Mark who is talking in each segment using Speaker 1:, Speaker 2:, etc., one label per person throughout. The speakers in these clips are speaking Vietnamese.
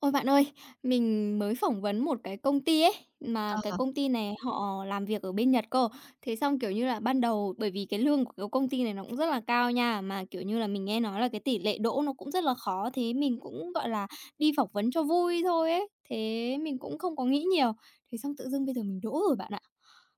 Speaker 1: Ôi, bạn ơi, mình mới phỏng vấn một cái công ty ấy, mà
Speaker 2: Ờ,
Speaker 1: cái công ty này họ làm việc ở bên Nhật cơ. Thế xong, kiểu như là, ban đầu bởi vì cái lương của cái công ty này nó cũng rất là cao nha, mà, kiểu như là, mình nghe nói là cái tỷ lệ đỗ nó cũng rất là khó, thế mình cũng, gọi là, đi phỏng vấn cho vui thôi ấy, thế mình cũng không có nghĩ nhiều. Thế xong tự dưng bây giờ mình đỗ rồi bạn ạ,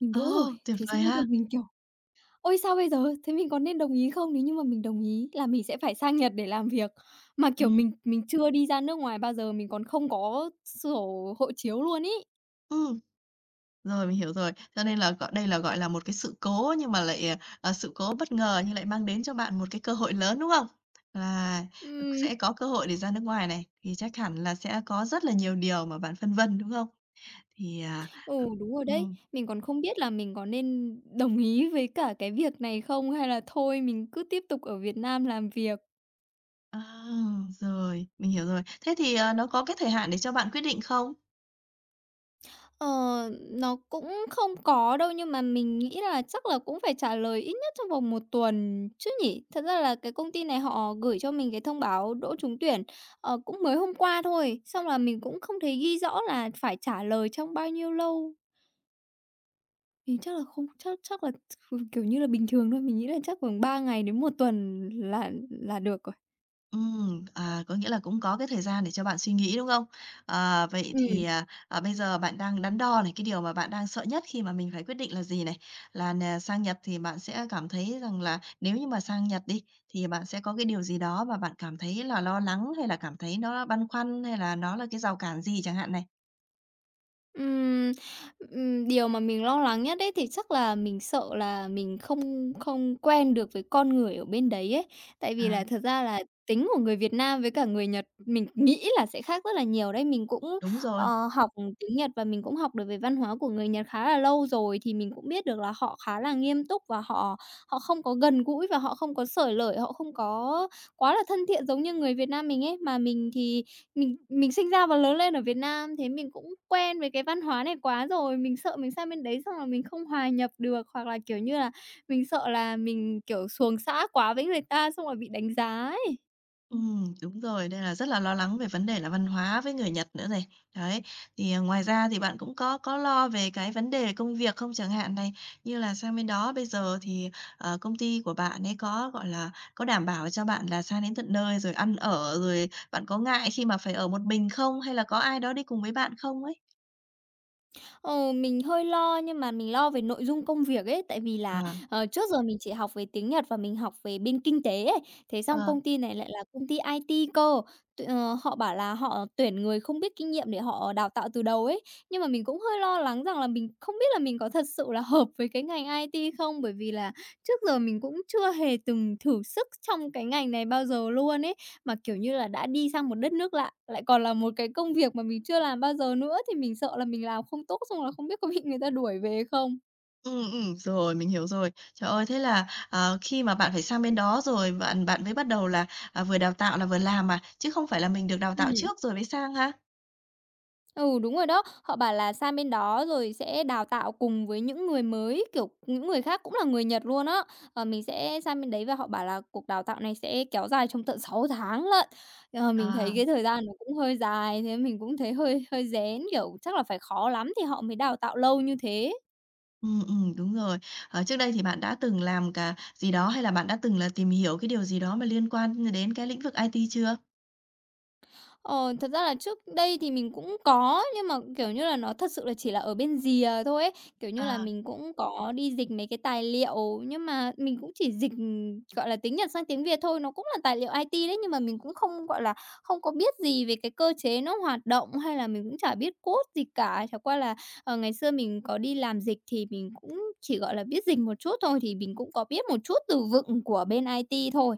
Speaker 1: mình
Speaker 2: ô,
Speaker 1: đỗ rồi,
Speaker 2: tuyệt
Speaker 1: thế
Speaker 2: vời
Speaker 1: xong bây giờ
Speaker 2: ha!
Speaker 1: mình, kiểu. Ôi, sao bây giờ? Thế mình có nên đồng ý không? Nếu như mà mình đồng ý là mình sẽ phải sang Nhật để làm việc, mà, kiểu,
Speaker 2: Ừm,
Speaker 1: mình chưa đi ra nước ngoài bao giờ, mình còn không có sổ hộ chiếu luôn ấy.
Speaker 2: ừm, Rồi, mình hiểu rồi. Cho nên là gọi đây là, gọi là, một cái sự cố nhưng mà lại, sự cố bất ngờ nhưng lại mang đến cho bạn một cái cơ hội lớn, đúng không? Là
Speaker 1: Ừm,
Speaker 2: sẽ có cơ hội để ra nước ngoài này, thì chắc hẳn là sẽ có rất là nhiều điều mà bạn phân vân, đúng không? Thì, à
Speaker 1: ừ, đúng rồi đấy,
Speaker 2: ừm,
Speaker 1: mình còn không biết là mình có nên đồng ý với cả cái việc này không hay là thôi mình cứ tiếp tục ở Việt Nam làm việc.
Speaker 2: à, Rồi, mình hiểu rồi. Thế thì, nó có cái thời hạn để cho bạn quyết định không?
Speaker 1: Ờ, nó cũng không có đâu, nhưng mà mình nghĩ là chắc là cũng phải trả lời ít nhất trong vòng một tuần chứ nhỉ? Thật ra là cái công ty này họ gửi cho mình cái thông báo đỗ trúng tuyển, cũng mới hôm qua thôi, xong là mình cũng không thấy ghi rõ là phải trả lời trong bao nhiêu lâu. Thì chắc là không, chắc chắc là kiểu như là, bình thường thôi, mình nghĩ là chắc khoảng 3 ngày đến một tuần là được rồi.
Speaker 2: Có nghĩa là cũng có cái thời gian để cho bạn suy nghĩ, đúng không? À, vậy
Speaker 1: Ừm.
Speaker 2: thì, à, à, bây giờ bạn đang đắn đo này, cái điều mà bạn đang sợ nhất khi mà mình phải quyết định là gì này? Là nè, sang Nhật thì bạn sẽ cảm thấy rằng là nếu như mà sang Nhật đi, thì bạn sẽ có cái điều gì đó mà bạn cảm thấy là lo lắng hay là cảm thấy nó băn khoăn hay là nó là cái rào cản gì chẳng hạn này?
Speaker 1: Ừm, điều mà mình lo lắng nhất ấy thì chắc là mình sợ là mình không không quen được với con người ở bên đấy ấy. Tại vì
Speaker 2: À,
Speaker 1: là thật ra là tính của người Việt Nam với cả người Nhật mình nghĩ là sẽ khác rất là nhiều đấy. Mình cũng,
Speaker 2: đúng rồi.
Speaker 1: học tiếng Nhật và mình cũng học được về văn hóa của người Nhật khá là lâu rồi, thì mình cũng biết được là họ khá là nghiêm túc và họ họ không có gần gũi và họ không có xởi lởi, họ không có quá là thân thiện giống như người Việt Nam mình ấy. Mà mình thì mình sinh ra và lớn lên ở Việt Nam, thế mình cũng quen với cái văn hóa này quá rồi, mình sợ mình sang bên đấy xong là mình không hòa nhập được, hoặc là, kiểu như là, mình sợ là mình, kiểu, xuồng xã quá với người ta xong rồi bị đánh giá ấy.
Speaker 2: Đúng rồi, nên là rất là lo lắng về vấn đề là văn hóa với người Nhật nữa này. Đấy, thì, ngoài ra thì bạn cũng có lo về cái vấn đề công việc không? Chẳng hạn này, như là sang bên đó bây giờ thì, công ty của bạn ấy có, gọi là, có đảm bảo cho bạn là sang đến tận nơi rồi ăn ở, rồi bạn có ngại khi mà phải ở một mình không? Hay là có ai đó đi cùng với bạn không ấy?
Speaker 1: Ờ, mình hơi lo nhưng mà mình lo về nội dung công việc ấy, tại vì là,
Speaker 2: Ờ.
Speaker 1: trước giờ mình chỉ học về tiếng Nhật và mình học về bên kinh tế ấy, thế xong
Speaker 2: Ờ.
Speaker 1: công ty này lại là công ty IT cơ. Họ bảo là họ tuyển người không biết kinh nghiệm để họ đào tạo từ đầu ấy, nhưng mà mình cũng hơi lo lắng rằng là mình không biết là mình có thật sự là hợp với cái ngành IT không, bởi vì là trước giờ mình cũng chưa hề từng thử sức trong cái ngành này bao giờ luôn ấy. Mà, kiểu như là, đã đi sang một đất nước lạ, lại còn là một cái công việc mà mình chưa làm bao giờ nữa thì mình sợ là mình làm không tốt xong là không biết có bị người ta đuổi về không?
Speaker 2: Ừ Rồi, mình hiểu rồi. Trời ơi, thế là, khi mà bạn phải sang bên đó rồi bạn bạn mới bắt đầu là, vừa đào tạo là vừa làm à, chứ không phải là mình được đào tạo
Speaker 1: Ừm.
Speaker 2: trước rồi mới sang ha?
Speaker 1: Ừ, đúng rồi đó. Họ bảo là sang bên đó rồi sẽ đào tạo cùng với những người mới, kiểu, những người khác cũng là người Nhật luôn á. Mình sẽ sang bên đấy và họ bảo là cuộc đào tạo này sẽ kéo dài trong tận 6 tháng lận. Mình thấy
Speaker 2: À,
Speaker 1: cái thời gian nó cũng hơi dài, thế mình cũng thấy hơi hơi rén, kiểu, chắc là phải khó lắm thì họ mới đào tạo lâu như thế.
Speaker 2: Đúng rồi. Ờ, trước đây thì bạn đã từng làm cả gì đó hay là bạn đã từng là tìm hiểu cái điều gì đó mà liên quan đến cái lĩnh vực IT chưa?
Speaker 1: Ờ, Thật ra là trước đây thì mình cũng có, nhưng mà, kiểu như là, nó thật sự là chỉ là ở bên rìa thôi ấy. Kiểu như là,
Speaker 2: À,
Speaker 1: mình cũng có đi dịch mấy cái tài liệu, nhưng mà mình cũng chỉ dịch, gọi là, tiếng Nhật sang tiếng Việt thôi, nó cũng là tài liệu IT đấy, nhưng mà mình cũng không, gọi là, không có biết gì về cái cơ chế nó hoạt động, hay là mình cũng chả biết code gì cả. Chẳng qua là, ngày xưa mình có đi làm dịch thì mình cũng chỉ, gọi là, biết dịch một chút thôi, thì mình cũng có biết một chút từ vựng của bên IT thôi.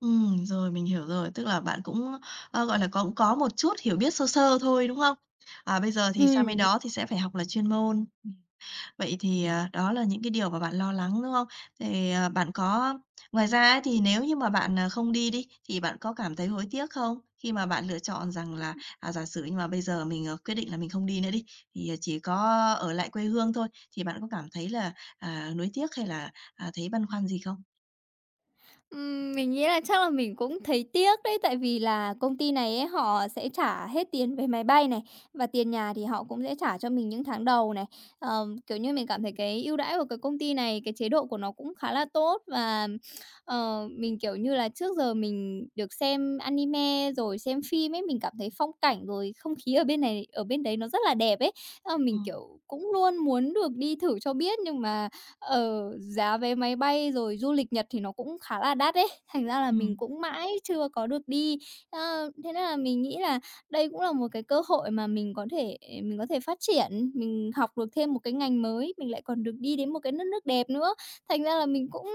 Speaker 2: Rồi, mình hiểu rồi, tức là bạn cũng, gọi là, cũng có một chút hiểu biết sơ sơ thôi, đúng không? Bây giờ thì sang bên
Speaker 1: Ừm.
Speaker 2: đó thì sẽ phải học là chuyên môn. Vậy thì, đó là những cái điều mà bạn lo lắng, đúng không? Thì, bạn có ngoài ra ấy thì nếu như mà bạn, không đi đi, thì bạn có cảm thấy hối tiếc không? Khi mà bạn lựa chọn rằng là, giả sử nhưng mà bây giờ mình, quyết định là mình không đi nữa đi, thì, chỉ có ở lại quê hương thôi, thì bạn có cảm thấy là, nuối tiếc hay là, thấy băn khoăn gì không?
Speaker 1: Mình nghĩ là chắc là mình cũng thấy tiếc đấy, tại vì là công ty này ấy, họ sẽ trả hết tiền về máy bay này, và tiền nhà thì họ cũng sẽ trả cho mình những tháng đầu này. Kiểu như, mình cảm thấy cái ưu đãi của cái công ty này, cái chế độ của nó cũng khá là tốt và, mình, kiểu như là, trước giờ mình được xem anime rồi xem phim ấy, mình cảm thấy phong cảnh rồi không khí ở bên này, ở bên đấy nó rất là đẹp ấy. Thế mình,
Speaker 2: Ừm,
Speaker 1: kiểu, cũng luôn muốn được đi thử cho biết nhưng mà giá vé máy bay rồi du lịch Nhật thì nó cũng khá là đắt ấy, thành ra là
Speaker 2: ừm.
Speaker 1: mình cũng mãi chưa có được đi. Thế nên là mình nghĩ là đây cũng là một cái cơ hội mà mình có thể phát triển, mình học được thêm một cái ngành mới, mình lại còn được đi đến một cái đất nước đẹp nữa. Thành ra là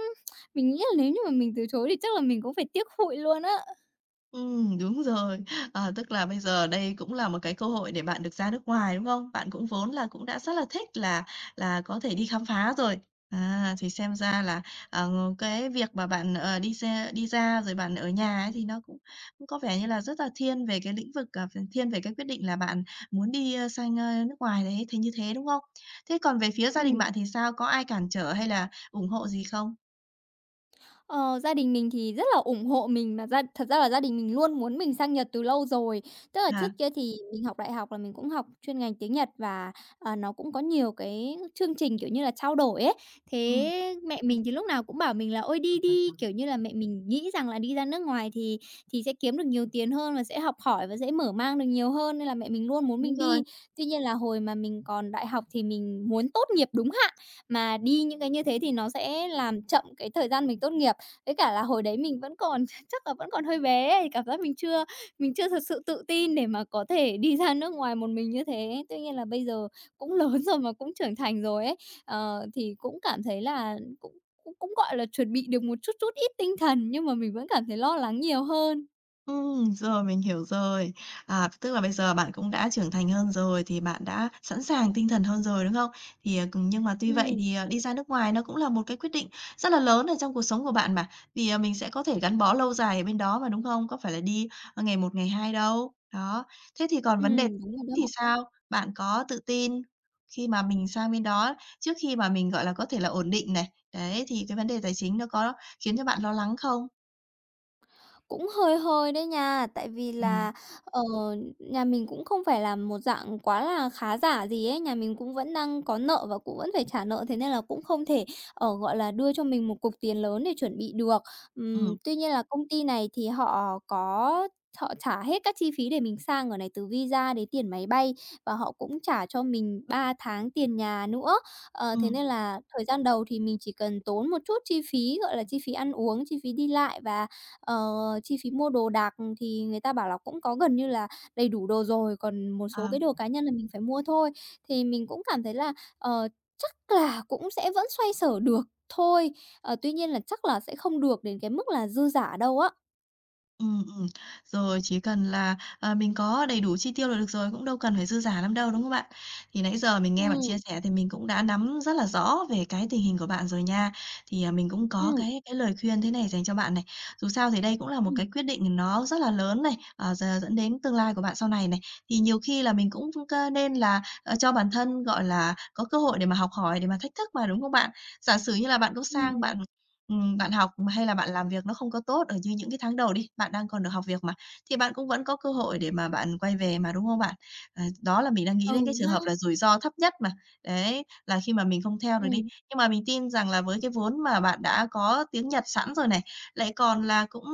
Speaker 1: mình nghĩ là nếu như mà mình từ chối thì chắc là mình cũng phải tiếc hụi luôn á.
Speaker 2: Đúng rồi. Ờ, tức là bây giờ đây cũng là một cái cơ hội để bạn được ra nước ngoài, đúng không? Bạn cũng vốn là cũng đã rất là thích là có thể đi khám phá rồi. À, thì xem ra là, ờ, cái việc mà bạn, đi xe đi ra rồi bạn ở nhà ấy thì nó cũng cũng có vẻ như là rất là thiên về cái lĩnh vực, thiên về cái quyết định là bạn muốn đi, sang, nước ngoài đấy, thế như thế, đúng không? Thế còn về phía gia đình
Speaker 1: Ừm.
Speaker 2: bạn thì sao? Có ai cản trở hay là ủng hộ gì không?
Speaker 1: Ờ, Gia đình mình thì rất là ủng hộ mình mà thật ra là gia đình mình luôn muốn mình sang Nhật từ lâu rồi. Tức là
Speaker 2: À,
Speaker 1: trước kia thì mình học đại học là mình cũng học chuyên ngành tiếng Nhật và, nó cũng có nhiều cái chương trình, kiểu như là, trao đổi ấy.
Speaker 2: ừm,
Speaker 1: Thế mẹ mình thì lúc nào cũng bảo mình là "Ôi, đi đi!" Kiểu như là, mẹ mình nghĩ rằng là đi ra nước ngoài thì sẽ kiếm được nhiều tiền hơn và sẽ học hỏi và sẽ mở mang được nhiều hơn nên là mẹ mình luôn muốn
Speaker 2: Đúng
Speaker 1: mình
Speaker 2: rồi.
Speaker 1: đi. Tuy nhiên là hồi mà mình còn đại học thì mình muốn tốt nghiệp đúng hạn, mà đi những cái như thế thì nó sẽ làm chậm cái thời gian mình tốt nghiệp. Với cả là hồi đấy mình vẫn còn chắc là vẫn còn hơi bé ấy, cảm giác mình chưa thật sự tự tin để mà có thể đi ra nước ngoài một mình như thế. Tuy nhiên là bây giờ cũng lớn rồi mà cũng trưởng thành rồi ấy, thì cũng cảm thấy là cũng cũng cũng, gọi là, chuẩn bị được một chút chút ít tinh thần, nhưng mà mình vẫn cảm thấy lo lắng nhiều hơn.
Speaker 2: Rồi, mình hiểu rồi. À, tức là bây giờ bạn cũng đã trưởng thành hơn rồi thì bạn đã sẵn sàng tinh thần hơn rồi, đúng không? Thì, cùng nhưng mà tuy vậy
Speaker 1: Ừ,
Speaker 2: thì, đi ra nước ngoài nó cũng là một cái quyết định rất là lớn ở trong cuộc sống của bạn mà, vì, mình sẽ có thể gắn bó lâu dài ở bên đó mà, đúng không? Có phải là đi, ngày một, ngày hai đâu. Đó, thế thì còn
Speaker 1: ừ,
Speaker 2: vấn đề
Speaker 1: đúng rồi
Speaker 2: thì
Speaker 1: đó.
Speaker 2: sao? Bạn có tự tin khi mà mình sang bên đó trước khi mà mình, gọi là, có thể là ổn định này, đấy, thì cái vấn đề tài chính nó có khiến cho bạn lo lắng không?
Speaker 1: Cũng hơi hơi đấy nha, tại vì
Speaker 2: Ừm.
Speaker 1: là, ờ, nhà mình cũng không phải là một dạng quá là khá giả gì ấy, nhà mình cũng vẫn đang có nợ và cũng vẫn phải trả nợ, thế nên là cũng không thể, gọi là, đưa cho mình một cục tiền lớn để chuẩn bị được.
Speaker 2: Ừm,
Speaker 1: Tuy nhiên là công ty này thì họ trả hết các chi phí để mình sang ở này, từ visa đến tiền máy bay và họ cũng trả cho mình 3 tháng tiền nhà nữa. Thế
Speaker 2: ừm,
Speaker 1: nên là thời gian đầu thì mình chỉ cần tốn một chút chi phí, gọi là, chi phí ăn uống, chi phí đi lại và Ờ, chi phí mua đồ đạc thì người ta bảo là cũng có gần như là đầy đủ đồ rồi, còn một số
Speaker 2: ờ.
Speaker 1: cái đồ cá nhân là mình phải mua thôi. Thì mình cũng cảm thấy là, ờ, chắc là cũng sẽ vẫn xoay sở được thôi, tuy nhiên là chắc là sẽ không được đến cái mức là dư giả đâu á.
Speaker 2: Ừ, ừm. Rồi, chỉ cần là, mình có đầy đủ chi tiêu là được rồi, cũng đâu cần phải dư giả lắm đâu, đúng không bạn? Thì nãy giờ mình nghe bạn chia
Speaker 1: Ừ,
Speaker 2: sẻ thì mình cũng đã nắm rất là rõ về cái tình hình của bạn rồi nha. Thì, mình cũng có
Speaker 1: ừ,
Speaker 2: cái lời khuyên thế này dành cho bạn này. Dù sao thì đây cũng là một
Speaker 1: ừm,
Speaker 2: cái quyết định nó rất là lớn này, ờ, d dẫn đến tương lai của bạn sau này này. Thì nhiều khi là mình cũng cơ nên là, cho bản thân, gọi là, có cơ hội để mà học hỏi, để mà thách thức mà, đúng không bạn? Giả sử như là bạn cũng sang
Speaker 1: ừm,
Speaker 2: bạn bạn học hay là bạn làm việc nó không có tốt ở như những cái tháng đầu đi, bạn đang còn được học việc mà, thì bạn cũng vẫn có cơ hội để mà bạn quay về mà, đúng không bạn? Đó là mình đang nghĩ
Speaker 1: ừ
Speaker 2: đến cái trường
Speaker 1: ha,
Speaker 2: hợp là rủi ro thấp nhất mà, đấy, là khi mà mình không theo được
Speaker 1: ừ,
Speaker 2: đi. Nhưng mà mình tin rằng là với cái vốn mà bạn đã có tiếng Nhật sẵn rồi này, lại còn là cũng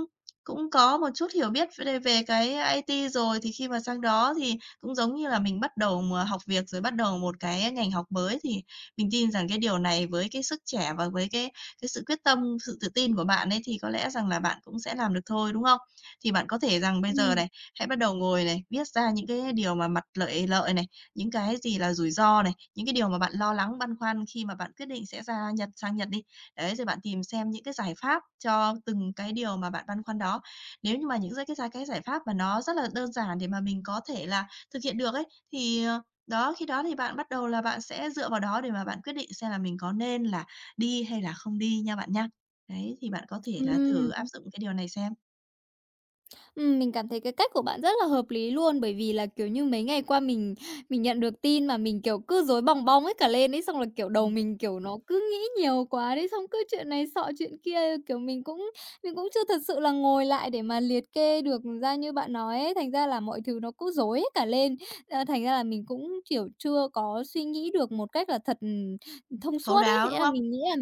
Speaker 2: cũng có một chút hiểu biết về về cái IT rồi, thì khi mà sang đó thì cũng giống như là mình bắt đầu mà học việc, rồi bắt đầu một cái ngành học mới thì mình tin rằng cái điều này với cái sức trẻ và với cái sự quyết tâm, sự tự tin của bạn ấy thì có lẽ rằng là bạn cũng sẽ làm được thôi, đúng không? Thì bạn có thể rằng bây giờ
Speaker 1: ừ,
Speaker 2: này, hãy bắt đầu ngồi này, viết ra những cái điều mà mặt lợi lợi này, những cái gì là rủi ro này, những cái điều mà bạn lo lắng, băn khoăn khi mà bạn quyết định sẽ ra Nhật sang Nhật đi. Đấy, rồi bạn tìm xem những cái giải pháp cho từng cái điều mà bạn băn khoăn đó. Nếu như mà những cái giải pháp mà nó rất là đơn giản để mà mình có thể là thực hiện được ấy, thì, đó, khi đó thì bạn bắt đầu là bạn sẽ dựa vào đó để mà bạn quyết định xem là mình có nên là đi hay là không đi nha bạn nha. Đấy, thì bạn có thể là thử áp
Speaker 1: ừ.
Speaker 2: dụng cái điều này xem.
Speaker 1: Mình cảm thấy cái cách của bạn rất là hợp lý luôn, bởi vì là, kiểu như, mấy ngày qua mình nhận được tin mà mình, kiểu, cứ rối bong bong hết cả lên ấy, xong là, kiểu, đầu
Speaker 2: Ừm,
Speaker 1: mình, kiểu, nó cứ nghĩ nhiều quá đấy, xong cứ chuyện này xọ chuyện kia, kiểu, mình cũng chưa thật sự là ngồi lại để mà liệt kê được ra như bạn nói ấy, thành ra là mọi thứ nó cứ rối hết cả lên. Thành ra là mình cũng, kiểu, chưa có suy nghĩ được một cách là thật, thông
Speaker 2: Thấu
Speaker 1: suốt ấy,
Speaker 2: đáo,
Speaker 1: thế
Speaker 2: đúng
Speaker 1: là
Speaker 2: không?
Speaker 1: mình nghĩ là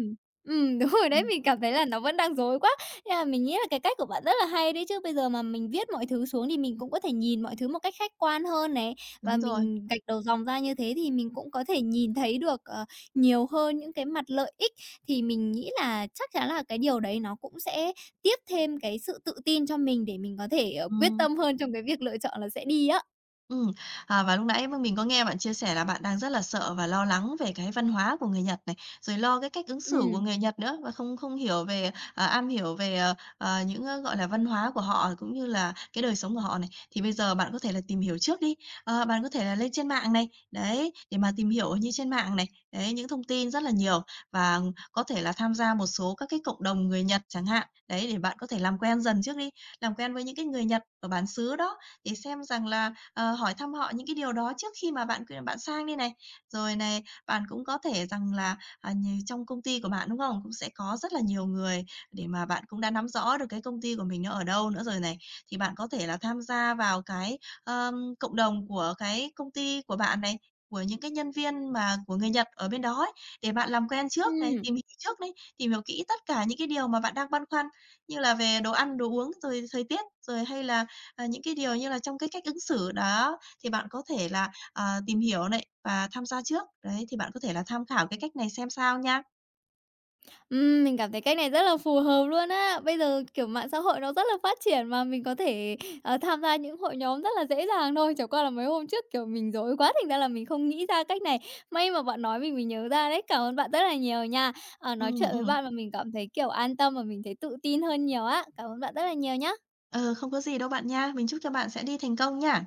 Speaker 1: đúng rồi đấy,
Speaker 2: Ừm,
Speaker 1: mình cảm thấy là nó vẫn đang rối quá. Thế là mình nghĩ là cái cách của bạn rất là hay đấy chứ, bây giờ mà mình viết mọi thứ xuống thì mình cũng có thể nhìn mọi thứ một cách khách quan hơn này, và
Speaker 2: đúng rồi.
Speaker 1: mình gạch đầu dòng ra như thế thì mình cũng có thể nhìn thấy được, nhiều hơn những cái mặt lợi ích. Thì mình nghĩ là chắc chắn là cái điều đấy nó cũng sẽ tiếp thêm cái sự tự tin cho mình để mình có thể, quyết
Speaker 2: Ừm.
Speaker 1: tâm hơn trong cái việc lựa chọn là sẽ đi á.
Speaker 2: Ừm, và lúc nãy mình có nghe bạn chia sẻ là bạn đang rất là sợ và lo lắng về cái văn hóa của người Nhật này, rồi lo cái cách ứng xử của
Speaker 1: Ừm,
Speaker 2: người Nhật nữa và không không hiểu về, am hiểu về, những, gọi là, văn hóa của họ cũng như là cái đời sống của họ này. Thì bây giờ bạn có thể là tìm hiểu trước đi, bạn có thể là lên trên mạng này, đấy, để mà tìm hiểu như trên mạng này, đấy, những thông tin rất là nhiều và có thể là tham gia một số các cái cộng đồng người Nhật chẳng hạn, đấy, để bạn có thể làm quen dần trước đi, làm quen với những cái người Nhật ở bản xứ đó, để xem rằng là hỏi thăm họ những cái điều đó trước khi mà bạn bạn sang đây này. Rồi này, bạn cũng có thể rằng là, à, nh trong công ty của bạn, đúng không? Cũng sẽ có rất là nhiều người để mà bạn cũng đã nắm rõ được cái công ty của mình nó ở đâu nữa rồi này. Thì bạn có thể là tham gia vào cái, ờm, cộng đồng của cái công ty của bạn này, của những cái nhân viên mà của người Nhật ở bên đó ấy, để bạn làm quen trước này,
Speaker 1: ừm.
Speaker 2: tìm hiểu trước đấy, tìm hiểu kỹ tất cả những cái điều mà bạn đang băn khoăn như là về đồ ăn, đồ uống, rồi thời tiết, rồi hay là ờ, những cái điều như là trong cái cách ứng xử đó thì bạn có thể là, tìm hiểu này và tham gia trước. Đấy, thì bạn có thể là tham khảo cái cách này xem sao nha.
Speaker 1: Mình cảm thấy cách này rất là phù hợp luôn á. Bây giờ, kiểu, mạng xã hội nó rất là phát triển mà mình có thể, tham gia những hội nhóm rất là dễ dàng thôi, chẳng qua là mấy hôm trước, kiểu, mình rối quá thành ra là mình không nghĩ ra cách này. May mà bạn nói mình mới nhớ ra đấy. Cảm ơn bạn rất là nhiều nha.
Speaker 2: Ừ,
Speaker 1: Nói chuyện với
Speaker 2: ừm.
Speaker 1: bạn mà mình cảm thấy, kiểu, an tâm và mình thấy tự tin hơn nhiều á. Cảm ơn bạn rất là nhiều nhá.
Speaker 2: Ờ, không có gì đâu bạn nha. Mình chúc cho bạn sẽ đi thành công nha.